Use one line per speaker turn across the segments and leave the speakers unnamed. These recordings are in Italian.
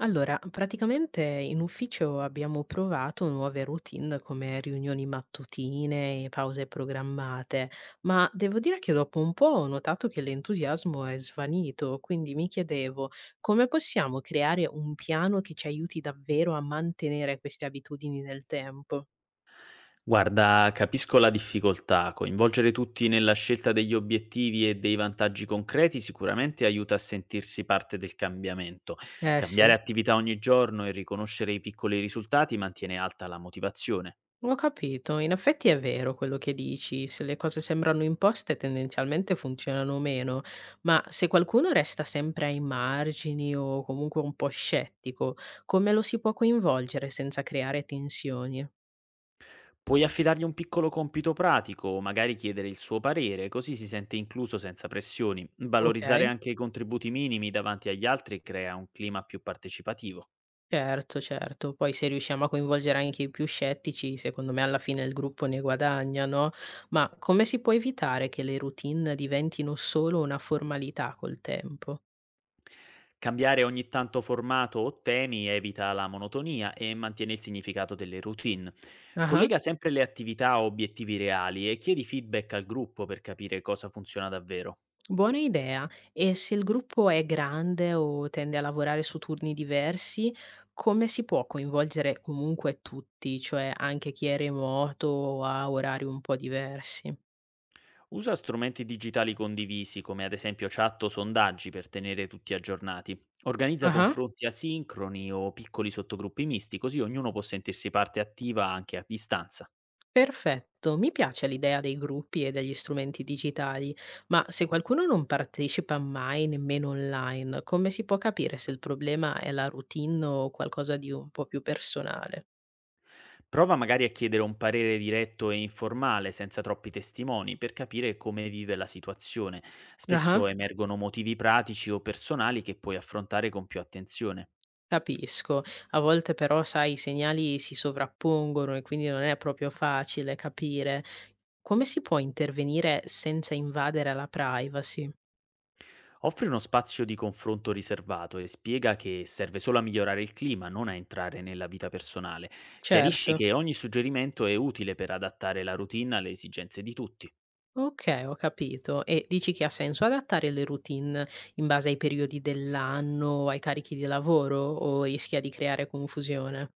Allora, praticamente in ufficio abbiamo provato nuove routine come riunioni mattutine e pause programmate, ma devo dire che dopo un po' ho notato che l'entusiasmo è svanito, quindi mi chiedevo come possiamo creare un piano che ci aiuti davvero a mantenere queste abitudini nel tempo.
Guarda, capisco la difficoltà. Coinvolgere tutti nella scelta degli obiettivi e dei vantaggi concreti sicuramente aiuta a sentirsi parte del cambiamento.
Eh sì.
Cambiare attività ogni giorno e riconoscere i piccoli risultati mantiene alta la motivazione.
Ho capito, in effetti è vero quello che dici, se le cose sembrano imposte tendenzialmente funzionano meno, ma se qualcuno resta sempre ai margini o comunque un po' scettico, come lo si può coinvolgere senza creare tensioni?
Puoi affidargli un piccolo compito pratico o magari chiedere il suo parere, così si sente incluso senza pressioni.
Ok,
Valorizzare anche i contributi minimi davanti agli altri crea un clima più partecipativo.
certo, certo. Poi se riusciamo a coinvolgere anche i più scettici, secondo me alla fine il gruppo ne guadagna, no? Ma come si può evitare che le routine diventino solo una formalità col tempo?
Cambiare ogni tanto formato o temi evita la monotonia e mantiene il significato delle routine.
Ah.
Collega sempre le attività a obiettivi reali e chiedi feedback al gruppo per capire cosa funziona davvero.
Buona idea. E se il gruppo è grande o tende a lavorare su turni diversi, come si può coinvolgere comunque tutti, cioè anche chi è remoto o ha orari un po' diversi?
Usa strumenti digitali condivisi come ad esempio chat o sondaggi per tenere tutti aggiornati. Organizza
Ah,
confronti asincroni o piccoli sottogruppi misti così ognuno può sentirsi parte attiva anche a distanza.
perfetto. Mi piace l'idea dei gruppi e degli strumenti digitali, ma se qualcuno non partecipa mai, nemmeno online, come si può capire se il problema è la routine o qualcosa di un po' più personale?
Prova magari a chiedere un parere diretto e informale, senza troppi testimoni, per capire come vive la situazione.
Ah.
Spesso emergono motivi pratici o personali che puoi affrontare con più attenzione.
Capisco. A volte però, sai, i segnali si sovrappongono e quindi non è proprio facile capire. Come si può intervenire senza invadere la privacy?
Offri uno spazio di confronto riservato e spiega che serve solo a migliorare il clima, non a entrare nella vita personale. Chiarisci
Certo.
che ogni suggerimento è utile per adattare la routine alle esigenze di tutti.
Okay, ho capito. E dici che ha senso adattare le routine in base ai periodi dell'anno o ai carichi di lavoro o rischia di creare confusione?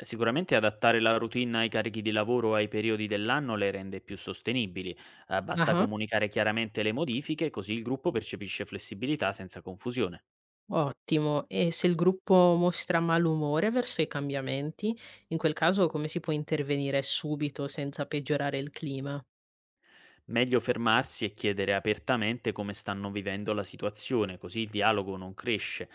Sicuramente adattare la routine ai carichi di lavoro o ai periodi dell'anno le rende più sostenibili. Basta
Ah-ah.
comunicare chiaramente le modifiche, così il gruppo percepisce flessibilità senza confusione.
Ottimo. E se il gruppo mostra malumore verso i cambiamenti, in quel caso come si può intervenire subito senza peggiorare il clima?
Meglio fermarsi e chiedere apertamente come stanno vivendo la situazione, così il dialogo non cresce.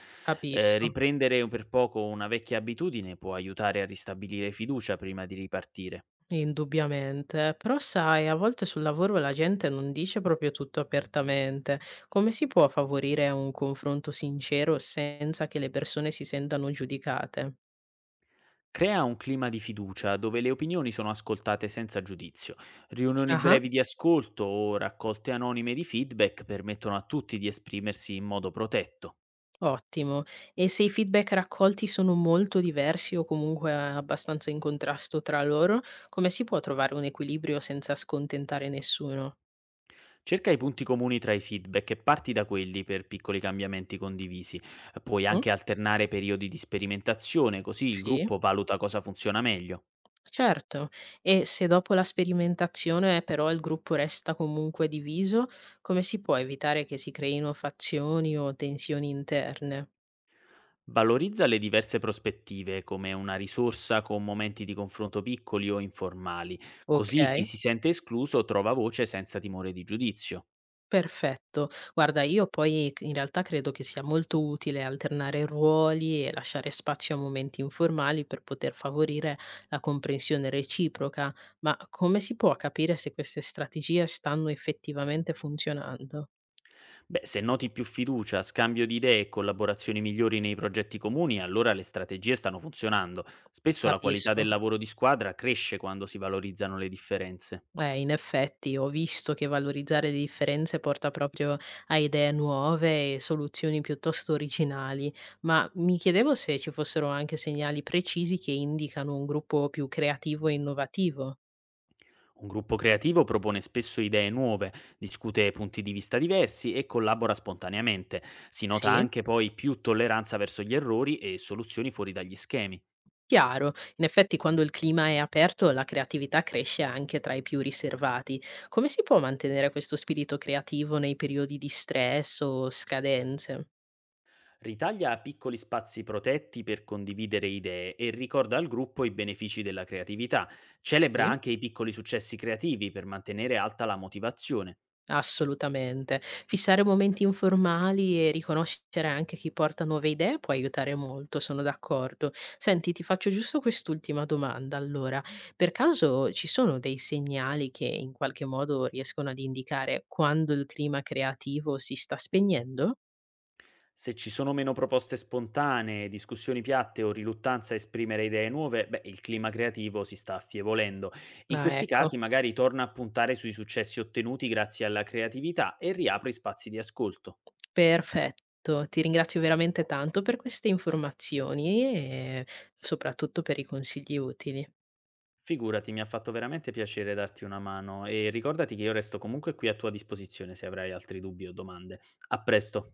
Capisco,
Riprendere per poco una vecchia abitudine può aiutare a ristabilire fiducia prima di ripartire.
indubbiamente. Però sai, a volte sul lavoro la gente non dice proprio tutto apertamente. Come si può favorire un confronto sincero senza che le persone si sentano giudicate?
Crea un clima di fiducia dove le opinioni sono ascoltate senza giudizio. Riunioni
Ah,
brevi di ascolto o raccolte anonime di feedback permettono a tutti di esprimersi in modo protetto.
ottimo. E se i feedback raccolti sono molto diversi o comunque abbastanza in contrasto tra loro, come si può trovare un equilibrio senza scontentare nessuno?
Cerca i punti comuni tra i feedback e parti da quelli per piccoli cambiamenti condivisi. Puoi
Mhm,
anche alternare periodi di sperimentazione, così il
sì.
gruppo valuta cosa funziona meglio.
Certo, e se dopo la sperimentazione però il gruppo resta comunque diviso, come si può evitare che si creino fazioni o tensioni interne?
Valorizza le diverse prospettive come una risorsa con momenti di confronto piccoli o informali,
Ok,
così chi si sente escluso trova voce senza timore di giudizio.
perfetto. Guarda, io poi in realtà credo che sia molto utile alternare ruoli e lasciare spazio a momenti informali per poter favorire la comprensione reciproca, ma come si può capire se queste strategie stanno effettivamente funzionando?
Beh, se noti più fiducia, scambio di idee e collaborazioni migliori nei progetti comuni, allora le strategie stanno funzionando. Spesso la qualità del
Capisco.
lavoro di squadra cresce quando si valorizzano le differenze.
In effetti ho visto che valorizzare le differenze porta proprio a idee nuove e soluzioni piuttosto originali, ma mi chiedevo se ci fossero anche segnali precisi che indicano un gruppo più creativo e innovativo.
Un gruppo creativo propone spesso idee nuove, discute punti di vista diversi e collabora spontaneamente. Si nota
Sì,
anche poi più tolleranza verso gli errori e soluzioni fuori dagli schemi.
chiaro. In effetti, quando il clima è aperto, la creatività cresce anche tra i più riservati. Come si può mantenere questo spirito creativo nei periodi di stress o scadenze?
Ritaglia piccoli spazi protetti per condividere idee e ricorda al gruppo i benefici della creatività. Celebra
Sì.
anche i piccoli successi creativi per mantenere alta la motivazione.
Assolutamente. Fissare momenti informali e riconoscere anche chi porta nuove idee può aiutare molto, sono d'accordo. Senti, ti faccio giusto quest'ultima domanda allora. Per caso ci sono dei segnali che in qualche modo riescono ad indicare quando il clima creativo si sta spegnendo?
Se ci sono meno proposte spontanee, discussioni piatte o riluttanza a esprimere idee nuove, beh, il clima creativo si sta affievolendo. In
Ah,
questi
ecco,
casi magari torna a puntare sui successi ottenuti grazie alla creatività e riapri spazi di ascolto.
perfetto. Ti ringrazio veramente tanto per queste informazioni e soprattutto per i consigli utili.
Figurati, mi ha fatto veramente piacere darti una mano e ricordati che io resto comunque qui a tua disposizione se avrai altri dubbi o domande. A presto.